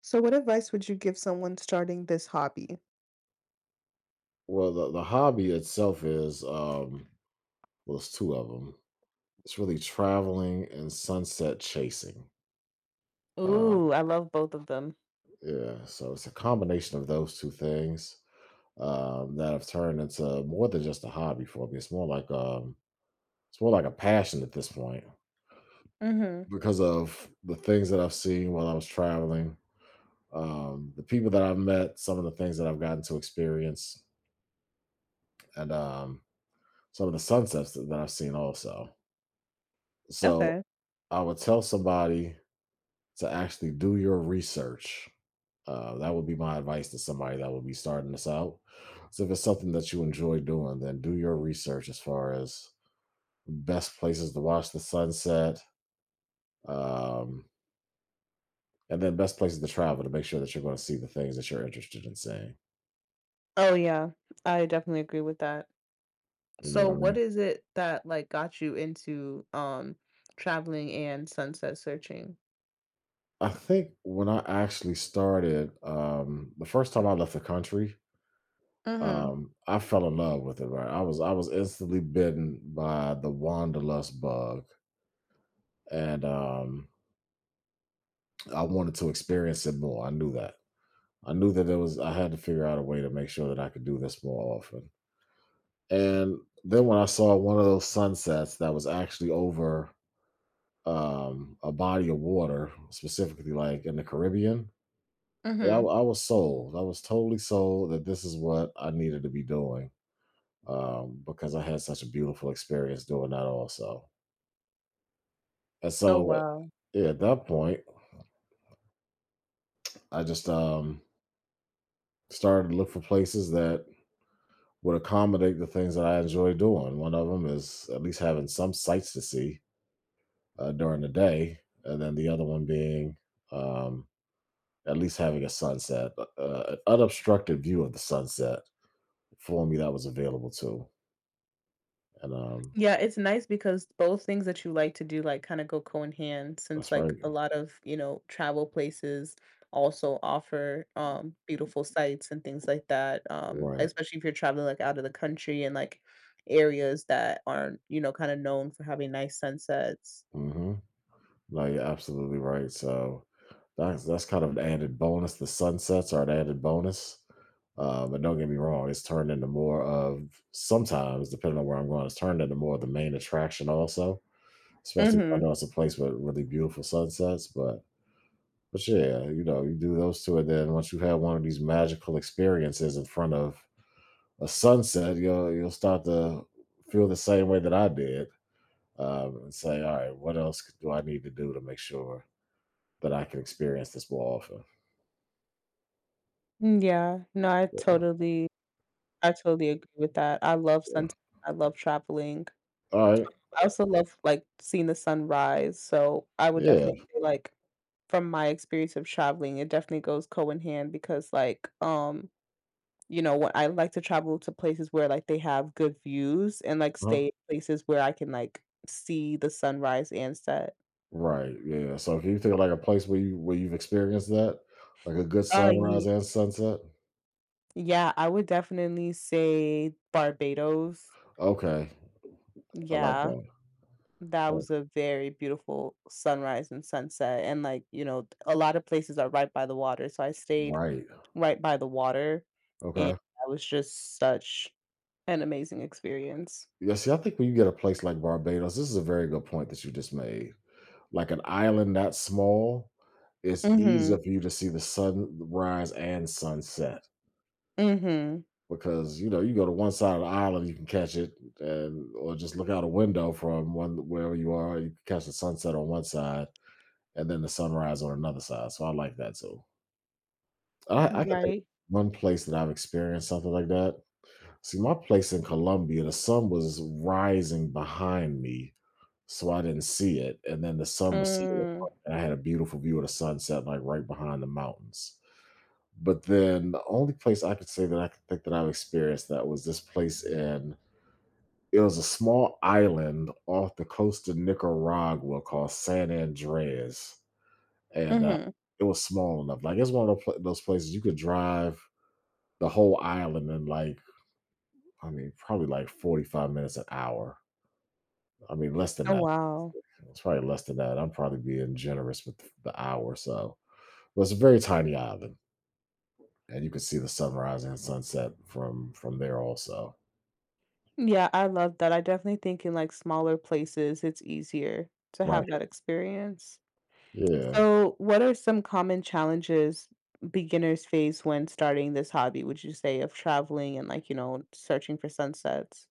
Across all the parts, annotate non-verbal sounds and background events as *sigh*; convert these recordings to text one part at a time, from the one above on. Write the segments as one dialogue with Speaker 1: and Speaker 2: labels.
Speaker 1: So, what advice would you give someone starting this hobby?
Speaker 2: Well, the hobby itself is well, it's two of them. It's really traveling and sunset chasing. Um,
Speaker 1: Ooh, I love both of them.
Speaker 2: yeah, so it's a combination of those two things that have turned into more than just a hobby for me. It's more like a passion at this point
Speaker 1: Hmm.
Speaker 2: because of the things that I've seen while I was traveling, the people that I've met, some of the things that I've gotten to experience, and some of the sunsets that I've seen also. So,
Speaker 1: Okay.
Speaker 2: I would tell somebody to actually do your research. That would be my advice to somebody that would be starting this out. So, if it's something that you enjoy doing, then do your research as far as best places to watch the sunset, um, and then best places to travel to make sure that you're going to see the things that you're interested in seeing.
Speaker 1: Oh yeah, I definitely agree with that.
Speaker 2: You know
Speaker 1: So
Speaker 2: what I
Speaker 1: what
Speaker 2: mean?
Speaker 1: is it that like got you into traveling and sunset searching?
Speaker 2: I think when I actually started, the first time I left the country,
Speaker 1: Hmm.
Speaker 2: I fell in love with it, right? I was instantly bitten by the wanderlust bug, and I wanted to experience it more. I knew that. I knew that it was. I had to figure out a way to make sure that I could do this more often. And then when I saw one of those sunsets that was actually over a body of water, specifically like in the Caribbean, yeah, I,
Speaker 1: Hmm.
Speaker 2: I was sold. I was totally sold that this is what I needed to be doing because I had such a beautiful experience doing that also. And
Speaker 1: Oh
Speaker 2: so uh,
Speaker 1: wow.
Speaker 2: yeah, at that point, I just started to look for places that would accommodate the things that I enjoy doing. One of them is at least having some sights to see during the day, and then the other one being um, at least having a sunset, an unobstructed view of the sunset for me that was available too. And
Speaker 1: Yeah, it's nice because both things that you like to do, like, kinda go co in hand since,
Speaker 2: that's right,
Speaker 1: like, a lot of, travel places also offer, beautiful sights and things like that,
Speaker 2: right.
Speaker 1: especially if you're traveling, like, out of the country and, like, areas that aren't, kinda known for having nice sunsets.
Speaker 2: Hmm. No, you're absolutely right. So that's kind of an added bonus. The sunsets are an added bonus. But don't get me wrong, it's turned into more of sometimes, depending on where I'm going, it's turned into more of the main attraction also. Especially if I
Speaker 1: Mhm.
Speaker 2: know it's a place with really beautiful sunsets. But yeah, you know, you do those two and then once you have one of these magical experiences in front of a sunset, you'll start to feel the same way that I did. And say, all right, what else do I need to do to make sure that I can experience this more often.
Speaker 1: Mm, yeah. No, I totally agree with that. I love sun.
Speaker 2: Yeah.
Speaker 1: I love traveling.
Speaker 2: All right.
Speaker 1: I also love, like, seeing the sunrise, so I would
Speaker 2: Yeah.
Speaker 1: definitely say, like, from my experience of traveling, it definitely goes co in hand because, like, what I like to travel to places where, like, they have good views and, like,
Speaker 2: Uh-huh.
Speaker 1: stay at places where I can, like, see the sunrise and set.
Speaker 2: Right. Yeah. So can you think of like a place where you've experienced that? Like a good
Speaker 1: Oh,
Speaker 2: sunrise
Speaker 1: ye
Speaker 2: and sunset?
Speaker 1: yeah, I would definitely say Barbados.
Speaker 2: Okay. I like
Speaker 1: Yeah,
Speaker 2: that.
Speaker 1: that
Speaker 2: Oh,
Speaker 1: was a very beautiful sunrise and sunset, and, like, a lot of places are right by the water, so I stayed
Speaker 2: right.
Speaker 1: right by the water, and
Speaker 2: Okay.
Speaker 1: that was just such an amazing experience.
Speaker 2: Yeah, see, I think when you get a place like Barbados, this is a very good point that you just made. Like an island that small, it's
Speaker 1: Mhm.
Speaker 2: easier for you to see the sunrise and sunset.
Speaker 1: Mhm.
Speaker 2: Because you know you go to one side of the aisle and you can catch it, and or just look out a window from one wherever you are, you can catch the sunset on one side and then the sunrise on another side. So I like that too. I can think of
Speaker 1: Right.
Speaker 2: one place that I've experienced something like that. See, my place in Colombia, the sun was rising behind me, so I didn't see it, and then the sun was setting, up
Speaker 1: Mm.
Speaker 2: front, and I had a beautiful view of the sunset, like right behind the mountains. But then the only place I could say that I could think that I've experienced that was this place in it was a small island off the coast of Nicaragua called San Andreas, and
Speaker 1: Mhm.
Speaker 2: it was small enough. Like, it's one of the pla those places you could drive the whole island in, like, I mean, probably like 45 minutes, an hour. I mean, less than
Speaker 1: Oh,
Speaker 2: that.
Speaker 1: wow.
Speaker 2: It's probably less than that. I'm probably being generous with the hour or so. But it's a very tiny island, and you could see the sunrise and sunset from there also.
Speaker 1: Yeah, I love that. I definitely think in, like, smaller places, it's easier to have that
Speaker 2: Right.
Speaker 1: experience.
Speaker 2: Yeah.
Speaker 1: So, what are some common challenges beginners face when starting this hobby, would you say, of traveling and, like, searching for sunsets?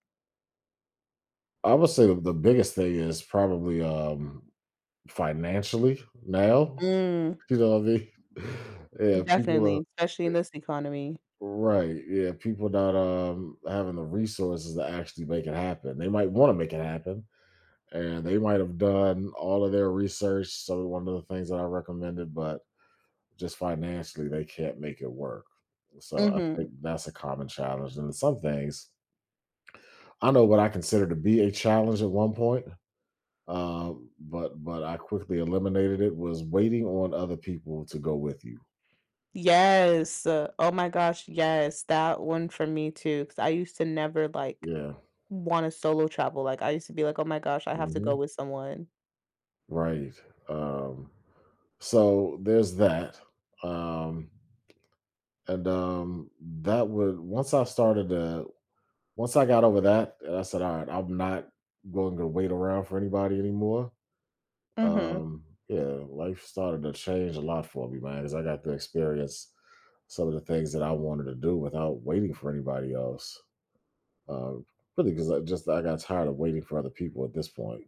Speaker 2: I would say the biggest thing is probably, financially, now,
Speaker 1: Mm,
Speaker 2: you know what I mean? *laughs* Yeah, people are
Speaker 1: definitely, especially in this economy.
Speaker 2: right, yeah, people not, having the resources to actually make it happen. They might wanna make it happen, and they might have done all of their research, so one of the things that I recommended, but just financially, they can't make it work. So, I
Speaker 1: Mhm.
Speaker 2: think that's a common challenge, and some things I know what I consider to be a challenge at one point, but I quickly eliminated it was waiting on other people to go with you.
Speaker 1: Yes. Oh my gosh, yes, that one for me too. Because I used to never, like
Speaker 2: Yeah.
Speaker 1: wanna solo travel, like, I used to be like, "Oh my gosh, I have to go
Speaker 2: Mhm.
Speaker 1: with someone."
Speaker 2: Right. Um, so there's that. Um, and that would once I started to once I got over that, and I said, "All right, I'm not going to wait around for anybody anymore."
Speaker 1: Mhm.
Speaker 2: Yeah, life started to change a lot for me, man, because I got to experience some of the things that I wanted to do without waiting for anybody else. Uh, Really, because I got tired of waiting for other people at this point.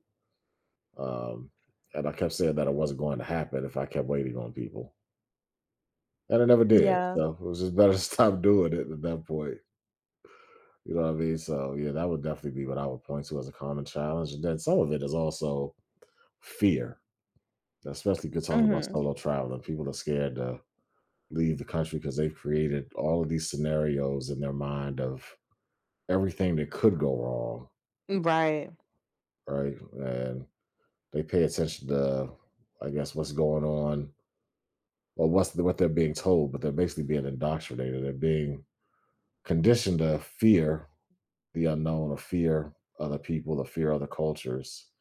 Speaker 2: Um, and I kept saying that it wasn't going to happen if I kept waiting on people, and it never did.
Speaker 1: Yeah.
Speaker 2: So it was just better *laughs* to stop doing it at that point. You know what I mean? So yeah, that would definitely be what I would point to as a common challenge. And then some of it is also fear, especially if you're talking about
Speaker 1: Mhm.
Speaker 2: solo traveling. People are scared to leave the country because they've created all of these scenarios in their mind of everything that could go wrong,
Speaker 1: Right.
Speaker 2: right? And they pay attention to, I guess, what's going on or what's what they're being told, but they're basically being indoctrinated. They're being conditioned to fear the unknown, or fear other people, or fear other cultures.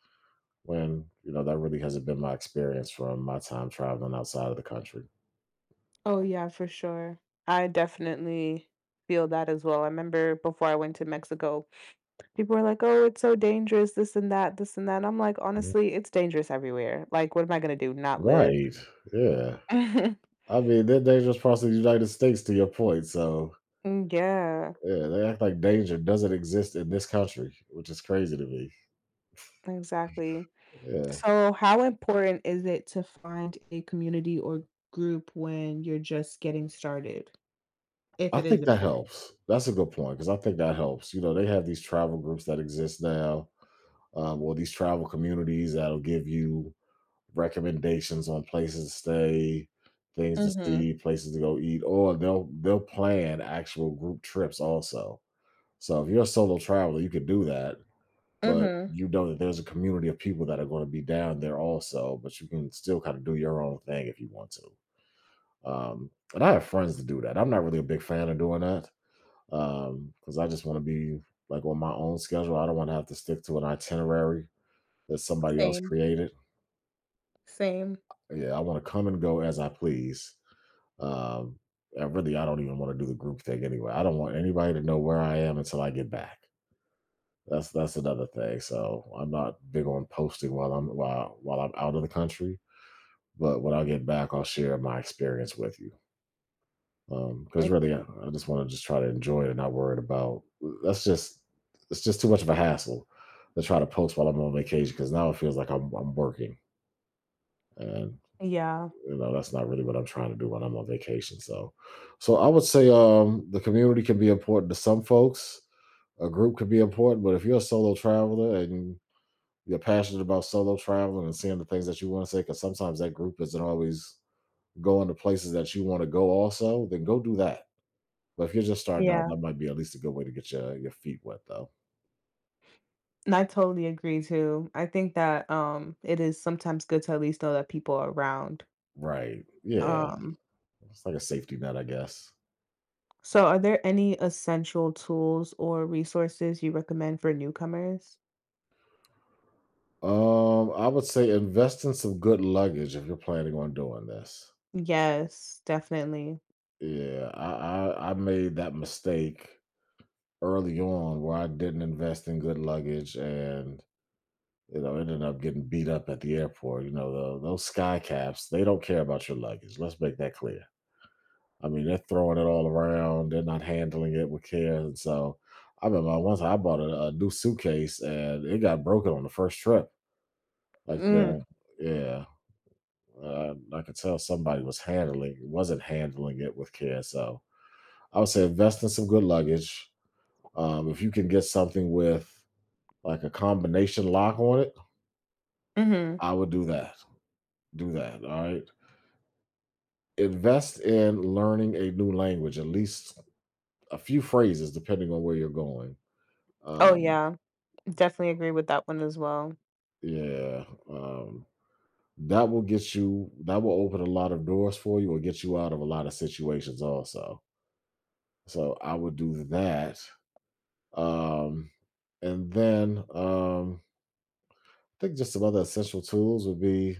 Speaker 2: When you know that really hasn't been my experience from my time traveling outside of the country.
Speaker 1: Oh, yeah, for sure. I definitely feel that as well. I remember before I went to Mexico, people were like, "Oh, it's so dangerous, this and that, this and that." I'm like,
Speaker 2: Mhm.
Speaker 1: "Honestly, it's dangerous everywhere. Like, what am I gonna do, not live?"
Speaker 2: Right? Yeah.
Speaker 1: *laughs*
Speaker 2: I mean, they're dangerous parts of the United States. To your point, so
Speaker 1: Mm, yeah,
Speaker 2: yeah, they act like danger doesn't exist in this country, which is crazy to me.
Speaker 1: exactly.
Speaker 2: Yeah.
Speaker 1: So, how important is it to find a community or group when you're just getting started, if
Speaker 2: I
Speaker 1: it is
Speaker 2: think that
Speaker 1: important?
Speaker 2: helps. That's a good point because I think that helps. You know, they have these travel groups that exist now or these travel communities that'll give you recommendations on places to stay, things to
Speaker 1: Mhm,
Speaker 2: see, places to go eat, or they'll plan actual group trips also. So if you're a solo traveler, you could do that, but
Speaker 1: mhm.
Speaker 2: you know that there's a community of people that are going to be down there also, but you can still kind of do your own thing if you want to. And I have friends to do that. I'm not really a big fan of doing that because I just want to be like on my own schedule. I don't want to have to stick to an itinerary that somebody else
Speaker 1: Same,
Speaker 2: created.
Speaker 1: same.
Speaker 2: Yeah, I want to come and go as I please. Um, and really, I don't even want to do the group thing anyway. I don't want anybody to know where I am until I get back. That's another thing. So I'm not big on posting while I'm out of the country. But when I get back, I'll share my experience with you.
Speaker 1: I
Speaker 2: Because really, I just want to just try to enjoy it and not worried about. That's just it's just too much of a hassle to try to post while I'm on vacation. Because now it feels like I'm working and
Speaker 1: yeah,
Speaker 2: you know that's not really what I'm trying to do when I'm on vacation. So so I would say the community can be important to some folks, a group can be important, but if you're a solo traveler and you're passionate about solo traveling and seeing the things that you want to say, because sometimes that group isn't always going to places that you want to go also, then go do that. But if you're just starting out,
Speaker 1: yeah,
Speaker 2: that might be at least a good way to get your feet wet though.
Speaker 1: and I totally agree too. I think that, it is sometimes good to at least know that people are around.
Speaker 2: Right, yeah,
Speaker 1: Um,
Speaker 2: it's like a safety net, I guess.
Speaker 1: so are there any essential tools or resources you recommend for newcomers?
Speaker 2: I would say invest in some good luggage if you're planning on doing this.
Speaker 1: Yes, definitely.
Speaker 2: Yeah, I made that mistake early on where I didn't invest in good luggage and you know ended up getting beat up at the airport. You know, those sky caps, they don't care about your luggage. Let's make that clear. I mean, they're throwing it all around. They're not handling it with care. And so I remember once I bought a new suitcase and it got broken on the first trip. Like
Speaker 1: Mm,
Speaker 2: the yeah, I could tell somebody wasn't handling it with care. So I would say invest in some good luggage. If you can get something with like a combination lock on it,
Speaker 1: mhm.
Speaker 2: I would do that. Do that. All right. Invest in learning a new language, at least a few phrases, depending on where you're going.
Speaker 1: Oh,
Speaker 2: Um,
Speaker 1: yeah, definitely agree with that one as well.
Speaker 2: yeah. Um, that will get you, that will open a lot of doors for you or get you out of a lot of situations also. So I would do that. Um, and then I think just some other essential tools would be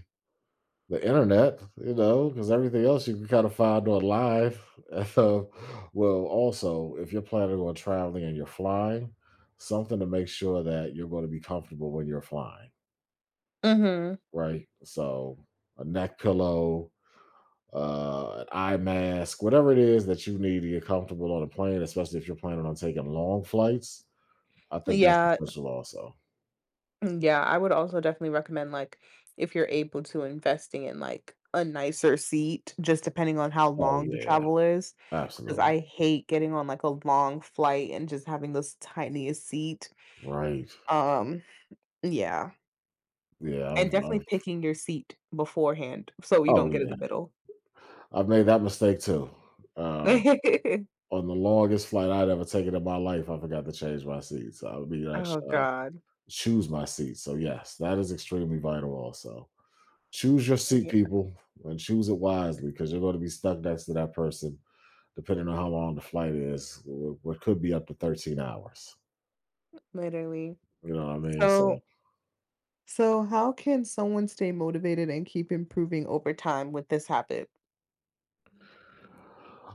Speaker 2: the internet, you know, because everything else you can kind of find on live. *laughs* So, well, also, if you're planning on traveling and you're flying, something to make sure that you're going to be comfortable when you're flying,
Speaker 1: Mhm.
Speaker 2: right? So, a neck pillow, an eye mask, whatever it is that you need to get comfortable on a plane, especially if you're planning on taking long flights. I think that's
Speaker 1: Yeah.
Speaker 2: essential, also.
Speaker 1: Mm, yeah, I would also definitely recommend, like, if you're able to, investing in, like, a nicer seat, just depending on how
Speaker 2: Oh
Speaker 1: long the
Speaker 2: yeah,
Speaker 1: travel is, because
Speaker 2: absolutely.
Speaker 1: I hate getting on, like, a long flight and just having this tiniest seat.
Speaker 2: Right.
Speaker 1: Um, yeah,
Speaker 2: Yeah.
Speaker 1: and definitely picking your seat beforehand so you don't
Speaker 2: Oh
Speaker 1: get in
Speaker 2: yeah.
Speaker 1: the middle.
Speaker 2: I've made that mistake too. Um,
Speaker 1: *laughs*
Speaker 2: on the longest flight I'd ever taken in my life, I forgot to change my seat. So I mean,
Speaker 1: Oh god.
Speaker 2: choose my seat. So yes, that is extremely vital. Also, choose your seat,
Speaker 1: Yeah,
Speaker 2: people, and choose it wisely because you're going to be stuck next to that person, depending on how long the flight is. What could be up to 13 hours.
Speaker 1: literally.
Speaker 2: You know what I mean? So
Speaker 1: So so how can someone stay motivated and keep improving over time with this habit?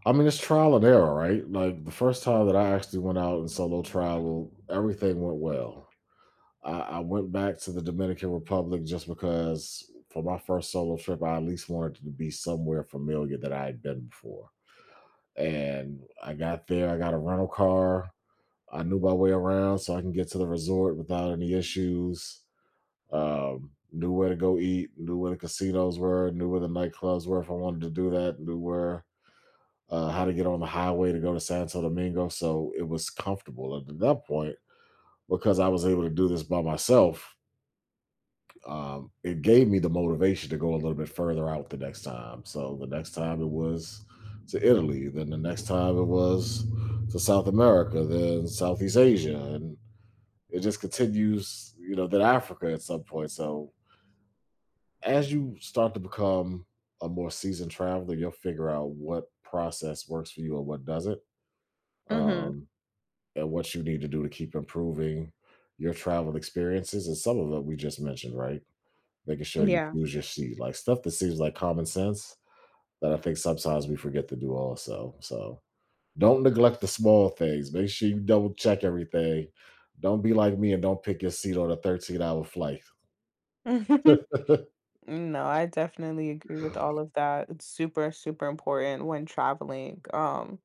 Speaker 2: I mean, it's trial and error, right? Like the first time that I actually went out and solo travel, everything went well. I went back to the Dominican Republic just because for my first solo trip, I at least wanted to be somewhere familiar that I had been before. And I got there, I got a rental car. I knew my way around so I can get to the resort without any issues. Knew where to go eat, knew where the casinos were, knew where the nightclubs were if I wanted to do that, knew where how to get on the highway to go to Santo Domingo. So it was comfortable at that point, because I was able to do this by myself. It gave me the motivation to go a little bit further out the next time. So the next time it was to Italy, then the next time it was to South America, then Southeast Asia, and it just continues, you know, then Africa at some point. So as you start to become a more seasoned traveler, you'll figure out what process works for you and what doesn't,
Speaker 1: Mhm,
Speaker 2: um, and what you need to do to keep improving your travel experiences. And some of it we just mentioned, right? Making sure you
Speaker 1: yeah.
Speaker 2: choose your seat, like, stuff that seems like common sense that I think sometimes we forget to do also, so, don't neglect the small things, make sure you double check everything, don't be like me and don't pick your seat on a 13-hour flight.
Speaker 1: *laughs*
Speaker 2: *laughs*
Speaker 1: No, I definitely agree with all of that. It's super, super important when traveling,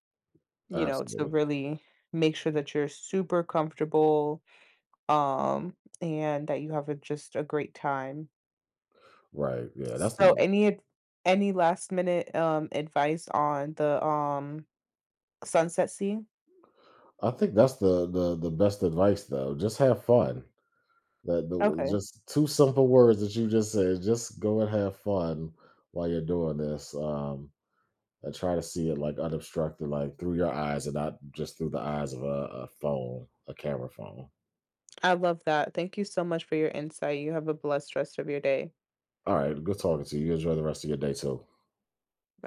Speaker 1: to
Speaker 2: Absolutely.
Speaker 1: really make sure that you're super comfortable, and that you have just a great time.
Speaker 2: Right, yeah, that's
Speaker 1: So
Speaker 2: the
Speaker 1: any any last minute advice on the Sunset Sea?
Speaker 2: I think that's the best advice, though, just have fun. That the
Speaker 1: Okay.
Speaker 2: Just 2 simple words that you just said, "Just go and have fun while you're doing this," and try to see it like unobstructed, like through your eyes and not just through the eyes of a phone, a camera phone.
Speaker 1: I love that. Thank you so much for your insight. You have a blessed rest of your day.
Speaker 2: All right, good talking to you. You enjoy the rest of your day too.